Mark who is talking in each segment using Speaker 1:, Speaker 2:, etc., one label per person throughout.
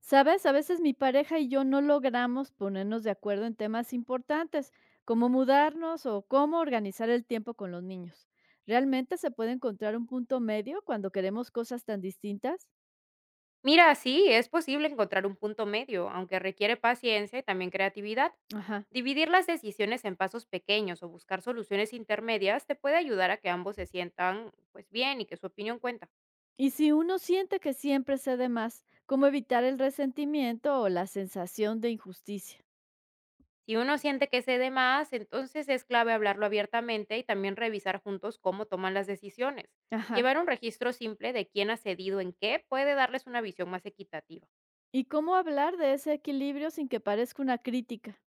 Speaker 1: ¿Sabes? A veces mi pareja y yo no logramos ponernos de acuerdo en temas importantes, como mudarnos o cómo organizar el tiempo con los niños. ¿Realmente se puede encontrar un punto medio cuando queremos cosas tan distintas?
Speaker 2: Mira, sí, es posible encontrar un punto medio, aunque requiere paciencia y también creatividad.
Speaker 1: Ajá.
Speaker 2: Dividir las decisiones en pasos pequeños o buscar soluciones intermedias te puede ayudar a que ambos se sientan pues bien y que su opinión cuenta.
Speaker 1: Y si uno siente que siempre cede más, ¿cómo evitar el resentimiento o la sensación de injusticia?
Speaker 2: Si uno siente que cede más, entonces es clave hablarlo abiertamente y también revisar juntos cómo toman las decisiones.
Speaker 1: Ajá.
Speaker 2: Llevar un registro simple de quién ha cedido en qué puede darles una visión más equitativa.
Speaker 1: ¿Y cómo hablar de ese equilibrio sin que parezca una crítica?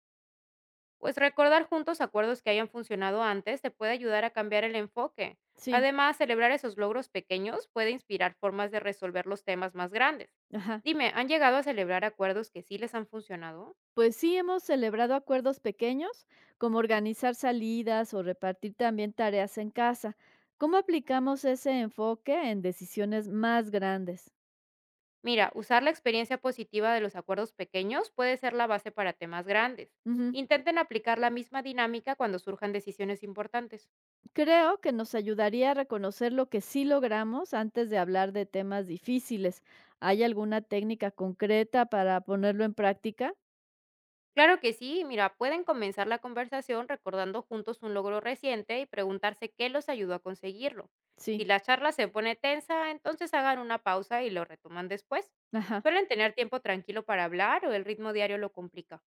Speaker 2: Pues recordar juntos acuerdos que hayan funcionado antes te puede ayudar a cambiar el enfoque.
Speaker 1: Sí.
Speaker 2: Además, celebrar esos logros pequeños puede inspirar formas de resolver los temas más grandes.
Speaker 1: Ajá.
Speaker 2: Dime, ¿han llegado a celebrar acuerdos que sí les han funcionado?
Speaker 1: Pues sí, hemos celebrado acuerdos pequeños, como organizar salidas o repartir también tareas en casa. ¿Cómo aplicamos ese enfoque en decisiones más grandes?
Speaker 2: Mira, usar la experiencia positiva de los acuerdos pequeños puede ser la base para temas grandes.
Speaker 1: Ujú.
Speaker 2: Intenten aplicar la misma dinámica cuando surjan decisiones importantes.
Speaker 1: Creo que nos ayudaría a reconocer lo que sí logramos antes de hablar de temas difíciles. ¿Hay alguna técnica concreta para ponerlo en práctica?
Speaker 2: Claro que sí, mira, pueden comenzar la conversación recordando juntos un logro reciente y preguntarse qué los ayudó a conseguirlo. Si
Speaker 1: Sí.
Speaker 2: la charla se pone tensa, entonces hagan una pausa y lo retoman después.
Speaker 1: Ajá.
Speaker 2: Suelen tener tiempo tranquilo para hablar o el ritmo diario lo complica.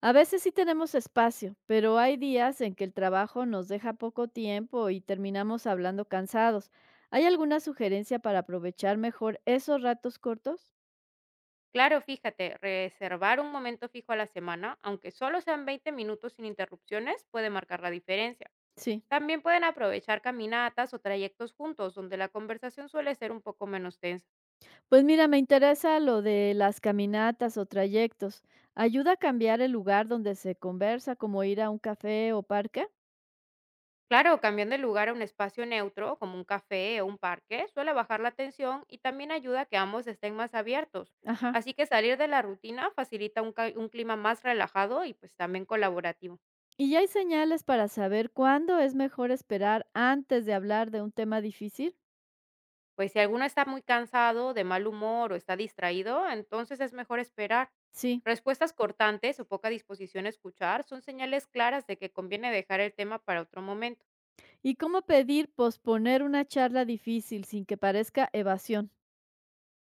Speaker 1: A veces sí tenemos espacio, pero hay días en que el trabajo nos deja poco tiempo y terminamos hablando cansados. ¿Hay alguna sugerencia para aprovechar mejor esos ratos cortos?
Speaker 2: Claro, fíjate, reservar un momento fijo a la semana, aunque solo sean 20 minutos sin interrupciones, puede marcar la diferencia.
Speaker 1: Sí.
Speaker 2: También pueden aprovechar caminatas o trayectos juntos, donde la conversación suele ser un poco menos tensa.
Speaker 1: Pues mira, me interesa lo de las caminatas o trayectos. ¿Ayuda a cambiar el lugar donde se conversa, como ir a un café o parque?
Speaker 2: Claro, cambiando el lugar a un espacio neutro, como un café o un parque, suele bajar la tensión y también ayuda a que ambos estén más abiertos.
Speaker 1: Ajá.
Speaker 2: Así que salir de la rutina facilita un clima más relajado y pues también colaborativo.
Speaker 1: ¿Y ya hay señales para saber cuándo es mejor esperar antes de hablar de un tema difícil?
Speaker 2: Pues si alguno está muy cansado, de mal humor o está distraído, entonces es mejor esperar.
Speaker 1: Sí.
Speaker 2: Respuestas cortantes o poca disposición a escuchar son señales claras de que conviene dejar el tema para otro momento.
Speaker 1: ¿Y cómo pedir posponer una charla difícil sin que parezca evasión?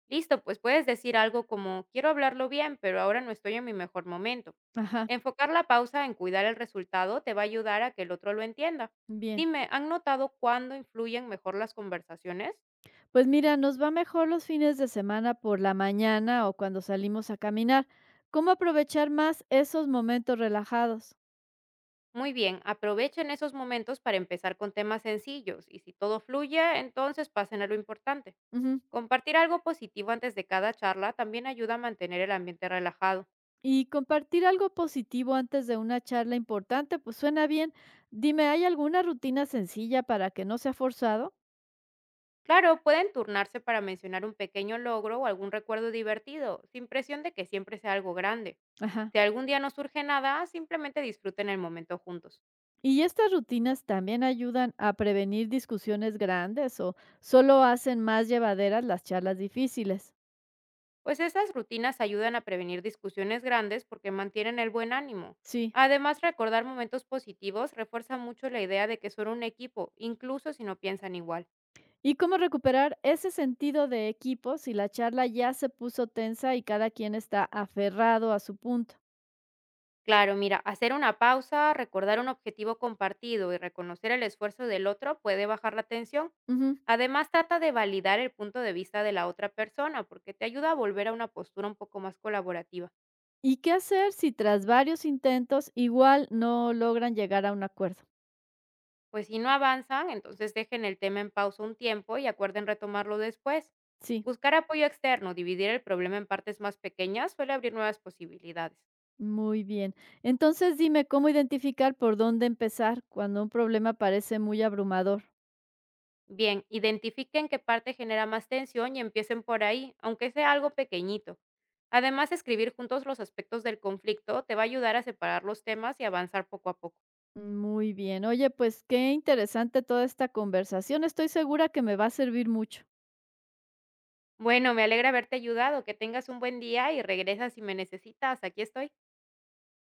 Speaker 2: Listo, pues puedes decir algo como, quiero hablarlo bien, pero ahora no estoy en mi mejor momento.
Speaker 1: Ajá,
Speaker 2: Enfocar la pausa en cuidar el resultado te va a ayudar a que el otro lo entienda.
Speaker 1: bien.
Speaker 2: Dime, ¿han notado cuándo influyen mejor las conversaciones?
Speaker 1: Pues mira, nos va mejor los fines de semana por la mañana o cuando salimos a caminar. ¿Cómo aprovechar más esos momentos relajados?
Speaker 2: Muy bien, aprovechen esos momentos para empezar con temas sencillos y si todo fluye, entonces pasen a lo importante.
Speaker 1: Ujú.
Speaker 2: Compartir algo positivo antes de cada charla también ayuda a mantener el ambiente relajado.
Speaker 1: Y compartir algo positivo antes de una charla importante, pues suena bien. Dime, ¿hay alguna rutina sencilla para que no sea forzado?
Speaker 2: Claro, pueden turnarse para mencionar un pequeño logro o algún recuerdo divertido, sin presión de que siempre sea algo grande.
Speaker 1: Ajá.
Speaker 2: Si algún día no surge nada, simplemente disfruten el momento juntos.
Speaker 1: ¿Y estas rutinas también ayudan a prevenir discusiones grandes o solo hacen más llevaderas las charlas difíciles?
Speaker 2: Pues esas rutinas ayudan a prevenir discusiones grandes porque mantienen el buen ánimo.
Speaker 1: Sí.
Speaker 2: Además, recordar momentos positivos refuerza mucho la idea de que son un equipo, incluso si no piensan igual.
Speaker 1: ¿Y cómo recuperar ese sentido de equipo si la charla ya se puso tensa y cada quien está aferrado a su punto?
Speaker 2: Claro, mira, hacer una pausa, recordar un objetivo compartido y reconocer el esfuerzo del otro puede bajar la tensión.
Speaker 1: Ujú.
Speaker 2: Además, trata de validar el punto de vista de la otra persona porque te ayuda a volver a una postura un poco más colaborativa.
Speaker 1: ¿Y qué hacer si tras varios intentos igual no logran llegar a un acuerdo?
Speaker 2: Pues si no avanzan, entonces dejen el tema en pausa un tiempo y acuerden retomarlo después.
Speaker 1: Sí,
Speaker 2: Buscar apoyo externo, dividir el problema en partes más pequeñas suele abrir nuevas posibilidades.
Speaker 1: muy bien. Entonces dime cómo identificar por dónde empezar cuando un problema parece muy abrumador.
Speaker 2: Bien, identifiquen qué parte genera más tensión y empiecen por ahí, aunque sea algo pequeñito. Además, escribir juntos los aspectos del conflicto te va a ayudar a separar los temas y avanzar poco a poco.
Speaker 1: Muy bien. Oye, pues qué interesante toda esta conversación. Estoy segura que me va a servir mucho.
Speaker 2: Bueno, me alegra haberte ayudado, que tengas un buen día y regresa si me necesitas, aquí estoy.